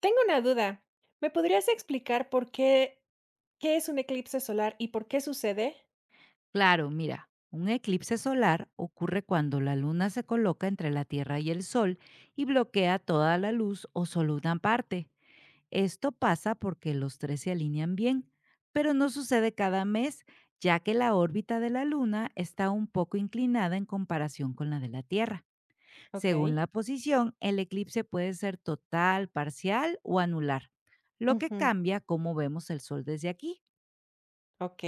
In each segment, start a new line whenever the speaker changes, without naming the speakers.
Tengo una duda. ¿Me podrías explicar qué es un eclipse solar y por qué sucede?
Claro, mira, un eclipse solar ocurre cuando la luna se coloca entre la Tierra y el Sol y bloquea toda la luz o solo una parte. Esto pasa porque los tres se alinean bien, pero no sucede cada mes, ya que la órbita de la luna está un poco inclinada en comparación con la de la Tierra.
Ok.
Según la posición, el eclipse puede ser total, parcial o anular, lo que
Ujú.
cambia cómo vemos el Sol desde aquí.
Ok.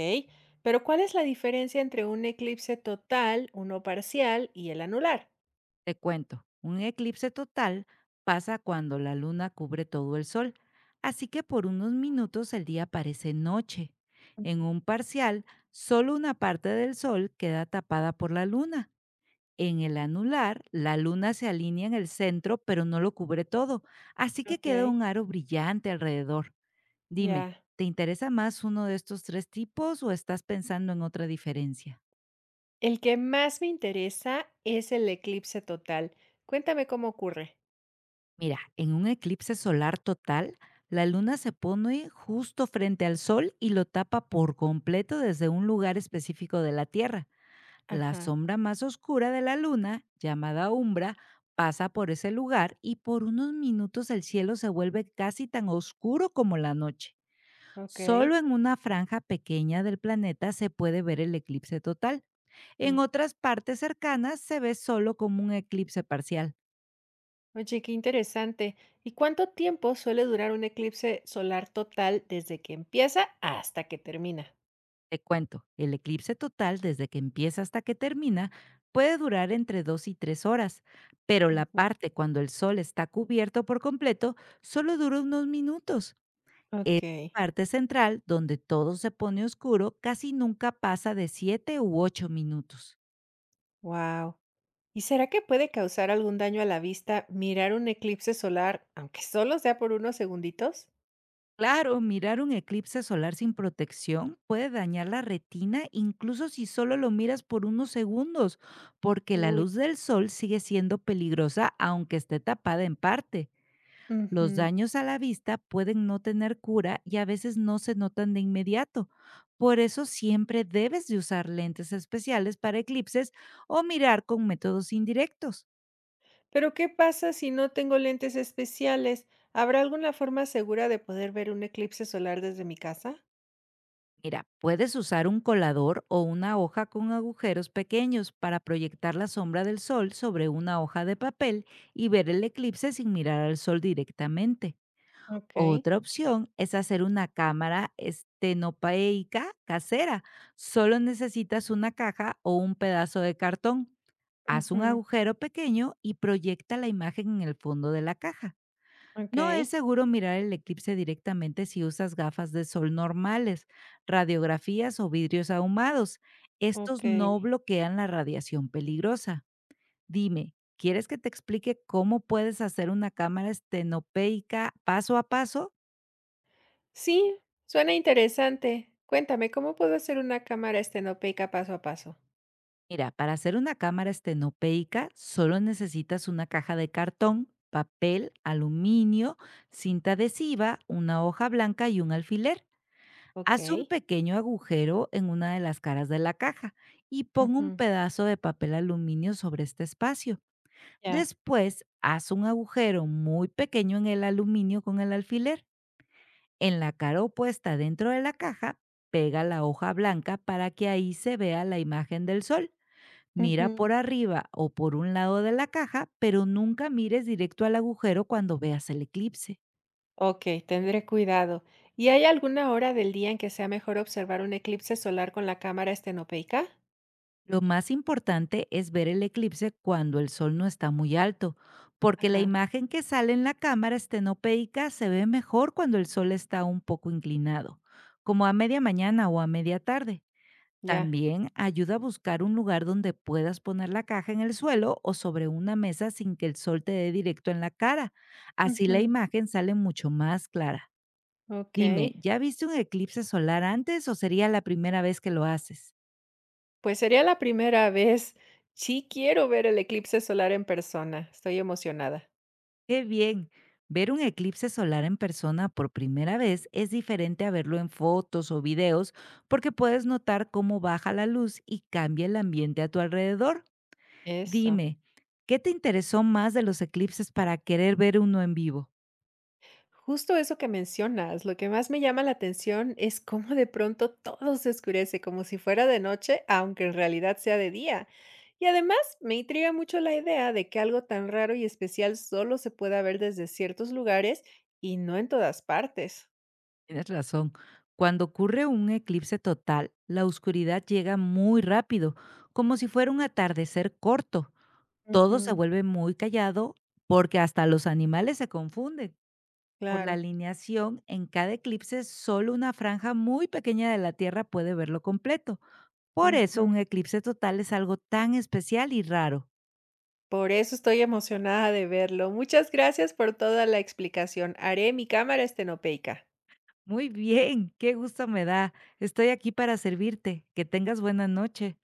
Pero ¿cuál es la diferencia entre un eclipse total, uno parcial y el anular?
Te cuento, un eclipse total pasa cuando la luna cubre todo el sol, así que por unos minutos el día parece noche. En un parcial, solo una parte del sol queda tapada por la luna. En el anular, la luna se alinea en el centro, pero no lo cubre todo, así que queda
Ok.
un aro brillante alrededor. Dime,
Ya.
¿te interesa más uno de estos tres tipos o estás pensando en otra diferencia?
El que más me interesa es el eclipse total. Cuéntame cómo ocurre.
Mira, en un eclipse solar total, la luna se pone justo frente al sol y lo tapa por completo desde un lugar específico de la Tierra. La
Ajá.
sombra más oscura de la luna, llamada umbra, pasa por ese lugar y por unos minutos el cielo se vuelve casi tan oscuro como la noche.
Ok.
Solo en una franja pequeña del planeta se puede ver el eclipse total. En
Mm.
otras partes cercanas se ve solo como un eclipse parcial.
Oye, qué interesante. ¿Y cuánto tiempo suele durar un eclipse solar total desde que empieza hasta que termina?
Te cuento, el eclipse total, desde que empieza hasta que termina, puede durar entre 2 y 3 horas, pero la parte cuando el sol está cubierto por completo solo dura unos minutos. Esa
Okey.
parte central, donde todo se pone oscuro, casi nunca pasa de 7 u 8 minutos.
Wow. ¿Y será que puede causar algún daño a la vista mirar un eclipse solar, aunque solo sea por unos segunditos?
Claro, mirar un eclipse solar sin protección puede dañar la retina incluso si solo lo miras por unos segundos, porque la
Uy.
luz del sol sigue siendo peligrosa aunque esté tapada en parte. Los
Ujú.
daños a la vista pueden no tener cura y a veces no se notan de inmediato. Por eso siempre debes de usar lentes especiales para eclipses o mirar con métodos indirectos.
Pero ¿qué pasa si no tengo lentes especiales? ¿Habrá alguna forma segura de poder ver un eclipse solar desde mi casa?
Mira, puedes usar un colador o una hoja con agujeros pequeños para proyectar la sombra del sol sobre una hoja de papel y ver el eclipse sin mirar al sol directamente.
Ok.
Otra opción es hacer una cámara estenopeica casera. Solo necesitas una caja o un pedazo de cartón. Haz un
Ujú.
agujero pequeño y proyecta la imagen en el fondo de la caja. No es
Okey.
seguro mirar el eclipse directamente si usas gafas de sol normales, radiografías o vidrios ahumados. Estos no
Okey.
bloquean la radiación peligrosa. Dime, ¿quieres que te explique cómo puedes hacer una cámara estenopeica paso a paso?
Sí, suena interesante. Cuéntame, ¿cómo puedo hacer una cámara estenopeica paso a paso?
Mira, para hacer una cámara estenopeica solo necesitas una caja de cartón, papel, aluminio, cinta adhesiva, una hoja blanca y un alfiler. Haz un
Okey.
pequeño agujero en una de las caras de la caja y pon un
Ujú.
pedazo de papel aluminio sobre este espacio.
Ya.
Después, haz un agujero muy pequeño en el aluminio con el alfiler. En la cara opuesta dentro de la caja, pega la hoja blanca para que ahí se vea la imagen del sol. Mira por
Ujú.
arriba o por un lado de la caja, pero nunca mires directo al agujero cuando veas el eclipse.
Ok, tendré cuidado. ¿Y hay alguna hora del día en que sea mejor observar un eclipse solar con la cámara estenopeica?
Lo más importante es ver el eclipse cuando el sol no está muy alto, porque la
Ajá.
imagen que sale en la cámara estenopeica se ve mejor cuando el sol está un poco inclinado, como a media mañana o a media tarde.
Ya.
También ayuda a buscar un lugar donde puedas poner la caja en el suelo o sobre una mesa sin que el sol te dé directo en la cara. Así la
Ujú.
imagen sale mucho más clara.
Ok,
Dime, ¿ya viste un eclipse solar antes o sería la primera vez que lo haces?
pues sería la primera vez. Sí quiero ver el eclipse solar en persona. Estoy emocionada.
¡Qué bien! Ver un eclipse solar en persona por primera vez es diferente a verlo en fotos o videos porque puedes notar cómo baja la luz y cambia el ambiente a tu alrededor.
Eso.
Dime, ¿qué te interesó más de los eclipses para querer ver uno en vivo?
Justo eso que mencionas, lo que más me llama la atención es cómo de pronto todo se oscurece, como si fuera de noche, aunque en realidad sea de día. Y además me intriga mucho la idea de que algo tan raro y especial solo se pueda ver desde ciertos lugares y no en todas partes.
Tienes razón. Cuando ocurre un eclipse total, la oscuridad llega muy rápido, como si fuera un atardecer corto. Todo se
Ujú.
vuelve muy callado, porque hasta los animales se confunden. Por la
Claro.
alineación, en cada eclipse solo una franja muy pequeña de la Tierra puede verlo completo. Por eso un
Ujú.
eclipse total es algo tan especial y raro.
Por eso estoy emocionada de verlo. Muchas gracias por toda la explicación. Haré mi cámara estenopeica.
Muy bien, qué gusto me da. Estoy aquí para servirte. Que tengas buena noche.